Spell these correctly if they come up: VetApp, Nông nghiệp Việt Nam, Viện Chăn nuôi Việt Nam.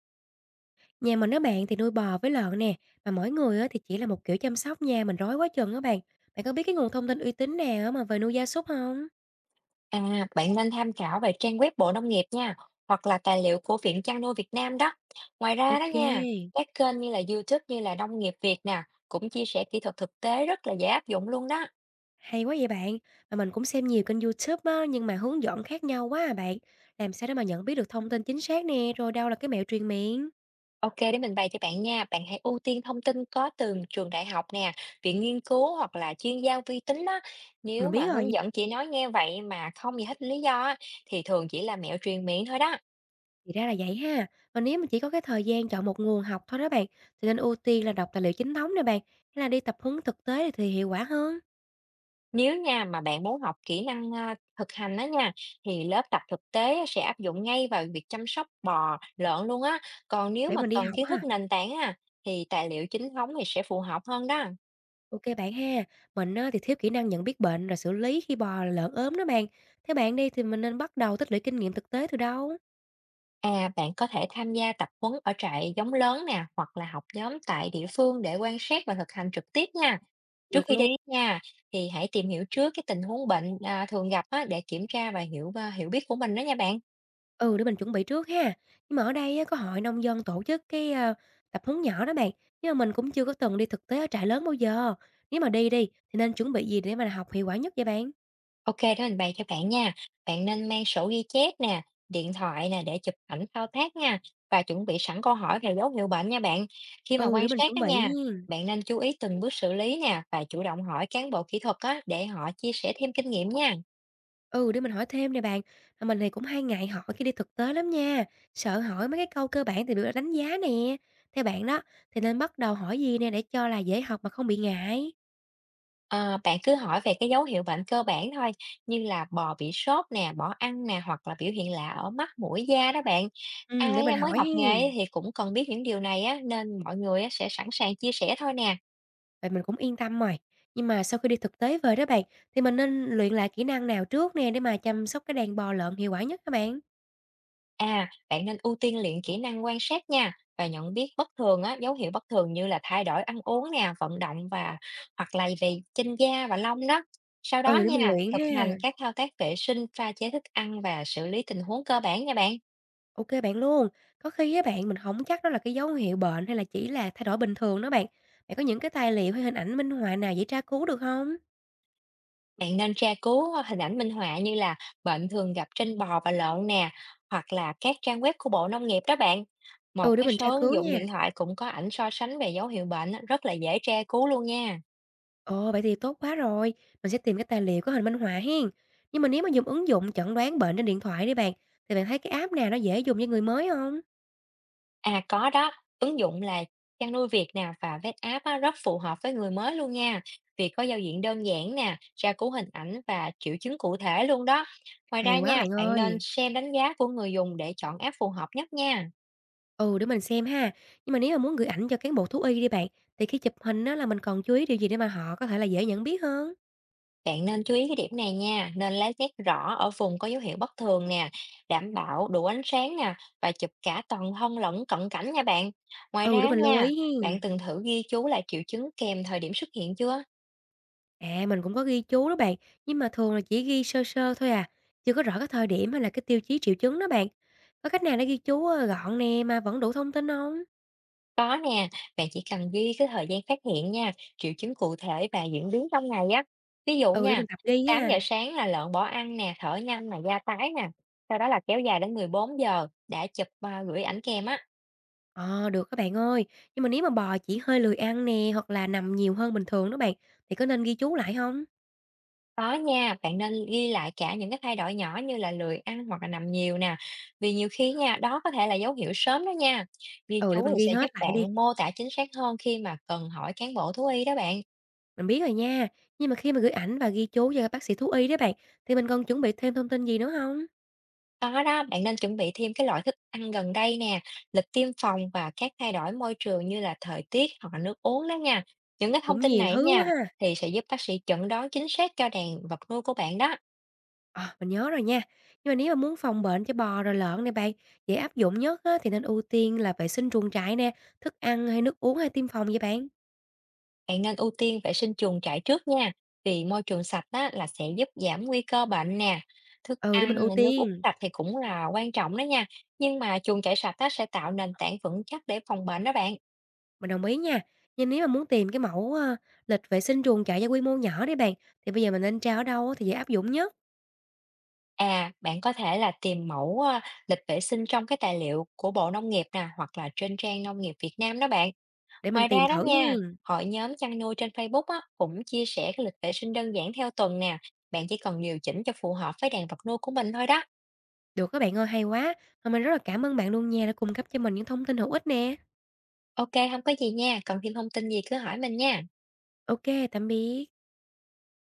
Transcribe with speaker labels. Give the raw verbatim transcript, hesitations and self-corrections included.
Speaker 1: Nhà mình á bạn thì nuôi bò với lợn nè, mà mỗi người á thì chỉ là một kiểu chăm sóc nha, mình rối quá chừng đó bạn. Bạn có biết cái nguồn thông tin uy tín nào mà về nuôi gia súc không?
Speaker 2: À, bạn nên tham khảo về trang web Bộ Nông nghiệp nha, hoặc là tài liệu của Viện Chăn nuôi Việt Nam đó. Ngoài ra đó
Speaker 1: Ok.
Speaker 2: nha, các kênh như là YouTube như là Nông nghiệp Việt nè, cũng chia sẻ kỹ thuật thực tế rất là dễ áp dụng luôn đó.
Speaker 1: Hay quá vậy bạn, mà mình cũng xem nhiều kênh YouTube á, nhưng mà hướng dẫn khác nhau quá à bạn. Làm sao để mà nhận biết được thông tin chính xác nè, rồi đâu là cái mẹo truyền miệng?
Speaker 2: Ok, để mình bày cho bạn nha. Bạn hãy ưu tiên thông tin có từ trường đại học nè, viện nghiên cứu hoặc là chuyên gia uy tín đó. Nếu
Speaker 1: Mình
Speaker 2: mà
Speaker 1: biết
Speaker 2: hướng
Speaker 1: rồi,
Speaker 2: dẫn chỉ nói nghe vậy mà không giải thích lý do á, thì thường chỉ là mẹo truyền miệng thôi đó.
Speaker 1: thì ra là vậy ha. Mà nếu mà chỉ có cái thời gian chọn một nguồn học thôi đó bạn, thì nên ưu tiên là đọc tài liệu chính thống nè bạn, hay là đi tập huấn thực tế thì hiệu quả hơn,
Speaker 2: Nếu nha mà bạn muốn học kỹ năng, a, thực hành đó nha, thì lớp tập thực tế á sẽ áp dụng ngay vào việc chăm sóc bò, lợn luôn á. Còn nếu
Speaker 1: để
Speaker 2: mà
Speaker 1: mình đi
Speaker 2: cần
Speaker 1: học
Speaker 2: kiến thức
Speaker 1: ha.
Speaker 2: nền tảng á, thì tài liệu chính thống thì sẽ phù hợp hơn đó.
Speaker 1: OK bạn ha. Mình á thì thiếu kỹ năng nhận biết bệnh rồi xử lý khi bò lợn ốm đó bạn. Theo bạn đi thì mình nên bắt đầu tích lũy kinh nghiệm thực tế từ đâu?
Speaker 2: À, bạn có thể tham gia tập huấn ở trại giống lớn nè, hoặc là học nhóm tại địa phương để quan sát và thực hành trực tiếp nha. Trước
Speaker 1: Được
Speaker 2: khi đi
Speaker 1: luôn.
Speaker 2: nha, thì hãy tìm hiểu trước cái tình huống bệnh, à, thường gặp á, để kiểm tra và hiểu, a, hiểu biết của mình đó nha bạn.
Speaker 1: Ừ, để mình chuẩn bị trước ha. Nhưng mà ở đây á, có hội nông dân tổ chức cái ờ, tập huấn nhỏ đó bạn. Nhưng mà mình cũng chưa có từng đi thực tế ở trại lớn bao giờ. Nếu mà đi đi thì nên chuẩn bị gì để mà học hiệu quả nhất vậy bạn?
Speaker 2: OK, đó mình bày cho bạn nha. Bạn nên mang sổ ghi chép nè, điện thoại nè để chụp ảnh thao tác nha và chuẩn bị sẵn câu hỏi về dấu hiệu bệnh nha bạn. Khi mà
Speaker 1: Ừ,
Speaker 2: quan
Speaker 1: để mình
Speaker 2: sát
Speaker 1: chuẩn
Speaker 2: đó
Speaker 1: bị.
Speaker 2: nha, bạn nên chú ý từng bước xử lý nè và chủ động hỏi cán bộ kỹ thuật á để họ chia sẻ thêm kinh nghiệm nha.
Speaker 1: Ừ, để mình hỏi thêm nè bạn, mà mình thì cũng hay ngại hỏi khi đi thực tế lắm nha, sợ hỏi mấy cái câu cơ bản thì được đánh giá nè. Theo bạn đó, thì nên bắt đầu hỏi gì nè để cho là dễ học mà không bị ngại?
Speaker 2: Ờ, bạn cứ hỏi về cái dấu hiệu bệnh cơ bản thôi như là bò bị sốt nè, bỏ ăn nè hoặc là biểu hiện lạ ở mắt, mũi, da đó bạn.
Speaker 1: Ừ, để
Speaker 2: Ai
Speaker 1: mình
Speaker 2: mới
Speaker 1: hỏi
Speaker 2: học nghề
Speaker 1: hen.
Speaker 2: thì cũng cần biết những điều này á nên mọi người á sẽ sẵn sàng chia sẻ thôi nè.
Speaker 1: Vậy mình cũng yên tâm rồi. Nhưng mà sau khi đi thực tế về đó bạn, thì mình nên luyện lại kỹ năng nào trước nè để mà chăm sóc cái đàn bò lợn hiệu quả nhất các bạn?
Speaker 2: À, bạn nên ưu tiên luyện kỹ năng quan sát nha và nhận biết bất thường á, dấu hiệu bất thường như là thay đổi ăn uống nè, vận động và hoặc là về trên da và lông đó. Sau đó
Speaker 1: Ừ, để mình
Speaker 2: nha,
Speaker 1: luyện
Speaker 2: thực hành
Speaker 1: ha.
Speaker 2: các thao tác vệ sinh, pha chế thức ăn và xử lý tình huống cơ bản nha bạn.
Speaker 1: Ok bạn luôn. Có khi á bạn mình không chắc đó là cái dấu hiệu bệnh hay là chỉ là thay đổi bình thường đó bạn. Bạn có những cái tài liệu hay hình ảnh minh họa nào dễ tra cứu được không?
Speaker 2: Bạn nên tra cứu hình ảnh minh họa như là bệnh thường gặp trên bò và lợn nè, hoặc là các trang web của Bộ Nông nghiệp đó bạn. Một
Speaker 1: Ừ, để
Speaker 2: cái
Speaker 1: mình
Speaker 2: số
Speaker 1: tra
Speaker 2: ứng
Speaker 1: cứu
Speaker 2: dụng
Speaker 1: nha.
Speaker 2: điện thoại cũng có ảnh so sánh về dấu hiệu bệnh á, rất là dễ tra cứu luôn nha.
Speaker 1: Ồ, vậy thì tốt quá rồi, mình sẽ tìm cái tài liệu có hình minh họa hen. Nhưng mà nếu mà dùng ứng dụng chẩn đoán bệnh trên điện thoại đi bạn, thì bạn thấy cái app nào nó dễ dùng cho người mới không?
Speaker 2: À có đó, ứng dụng là Chăn nuôi Việt nè và VetApp á, rất phù hợp với người mới luôn nha. Vì có giao diện đơn giản nè, tra cứu hình ảnh và triệu chứng cụ thể luôn đó. Ngoài
Speaker 1: Hay
Speaker 2: ra
Speaker 1: quá
Speaker 2: nha,
Speaker 1: bạn
Speaker 2: bạn nên
Speaker 1: ơi.
Speaker 2: xem đánh giá của người dùng để chọn app phù hợp nhất nha.
Speaker 1: Ừ, để mình xem ha. Nhưng mà nếu mà muốn gửi ảnh cho cán bộ thú y đi bạn, thì khi chụp hình đó là mình còn chú ý điều gì để mà họ có thể là dễ nhận biết hơn?
Speaker 2: Bạn nên chú ý cái điểm này nha, nên lá nét rõ ở vùng có dấu hiệu bất thường nè, đảm bảo đủ ánh sáng nè và chụp cả toàn thân lẫn cận cảnh nha bạn. Ngoài
Speaker 1: Ừ, để
Speaker 2: ra
Speaker 1: mình lưu
Speaker 2: nha,
Speaker 1: ý
Speaker 2: bạn
Speaker 1: hen.
Speaker 2: từng thử ghi chú lại triệu chứng kèm thời điểm xuất hiện chưa?
Speaker 1: À, mình cũng có ghi chú đó bạn, nhưng mà thường là chỉ ghi sơ sơ thôi à, chưa có rõ cái thời điểm hay là cái tiêu chí triệu chứng đó bạn. Có cách nào để ghi chú, ơ, gọn nè mà vẫn đủ thông tin không?
Speaker 2: Có nè, bạn chỉ cần ghi cái thời gian phát hiện nha, triệu chứng cụ thể và diễn biến trong ngày á. Ví dụ
Speaker 1: Ừ, để
Speaker 2: nha,
Speaker 1: mình tập ghi
Speaker 2: tám giờ
Speaker 1: ha.
Speaker 2: sáng là lợn bỏ ăn nè, thở nhanh nè, da tái nè. Sau đó là kéo dài đến mười bốn giờ, đã chụp à, gửi ảnh kèm á.
Speaker 1: Ờ, được các bạn ơi. Nhưng mà nếu mà bò chỉ hơi lười ăn nè, hoặc là nằm nhiều hơn bình thường đó bạn, thì có nên ghi chú lại không?
Speaker 2: Có nha, bạn nên ghi lại cả những cái thay đổi nhỏ như là lười ăn hoặc là nằm nhiều nè. Vì nhiều khi nha, đó có thể là dấu hiệu sớm đó nha. Ghi
Speaker 1: Ừ, để
Speaker 2: chú
Speaker 1: mình
Speaker 2: thì
Speaker 1: ghi
Speaker 2: sẽ
Speaker 1: hết
Speaker 2: giúp
Speaker 1: lại đi,
Speaker 2: bạn mô tả chính xác hơn khi mà cần hỏi cán bộ thú y đó bạn.
Speaker 1: mình biết rồi nha. Nhưng mà khi mà gửi ảnh và ghi chú cho các bác sĩ thú y đó bạn, thì mình còn chuẩn bị thêm thông tin gì nữa không?
Speaker 2: Có đó, bạn nên chuẩn bị thêm cái loại thức ăn gần đây nè, lịch tiêm phòng và các thay đổi môi trường như là thời tiết hoặc là nước uống đó nha. Những cái thông
Speaker 1: Cũng
Speaker 2: tin
Speaker 1: nhiều
Speaker 2: này
Speaker 1: thứ quá
Speaker 2: nha
Speaker 1: ha.
Speaker 2: thì sẽ giúp bác sĩ chẩn đoán chính xác cho đàn vật nuôi của bạn đó.
Speaker 1: Ờ, mình nhớ rồi nha. Nhưng mà nếu mà muốn phòng bệnh cho bò rồi lợn này bạn, dễ áp dụng nhất á, thì nên ưu tiên là vệ sinh chuồng trại nè, thức ăn hay nước uống hay tiêm phòng vậy bạn?
Speaker 2: Bạn nên ưu tiên vệ sinh chuồng trại trước nha, vì môi trường sạch đó là sẽ giúp giảm nguy cơ bệnh nè. Thức
Speaker 1: Ừ, để mình
Speaker 2: ăn,
Speaker 1: ưu
Speaker 2: nước uống
Speaker 1: tiên.
Speaker 2: sạch thì cũng là quan trọng đó nha, nhưng mà chuồng trại sạch đó sẽ tạo nền tảng vững chắc để phòng bệnh đó bạn.
Speaker 1: Mình đồng ý nha. Nhưng nếu mà muốn tìm cái mẫu, ơ, lịch vệ sinh chuồng trại cho quy mô nhỏ đấy bạn, thì bây giờ mình nên tra ở đâu á thì dễ áp dụng nhất
Speaker 2: À, bạn có thể là tìm mẫu, a, lịch vệ sinh trong cái tài liệu của Bộ Nông nghiệp nè, hoặc là trên trang Nông nghiệp Việt Nam đó bạn.
Speaker 1: để mình
Speaker 2: Ngoài
Speaker 1: tìm
Speaker 2: ra đó
Speaker 1: thử
Speaker 2: nha,
Speaker 1: hen?
Speaker 2: hội nhóm chăn nuôi trên Facebook á, cũng chia sẻ cái lịch vệ sinh đơn giản theo tuần nè, bạn chỉ cần điều chỉnh cho phù hợp với đàn vật nuôi của mình thôi đó.
Speaker 1: Được các bạn ơi, hay quá! Mà mình rất là cảm ơn bạn luôn nha đã cung cấp cho mình những thông tin hữu ích nè.
Speaker 2: Ok không có gì nha, cần thêm thông tin gì cứ hỏi mình nha.
Speaker 1: Ok tạm biệt.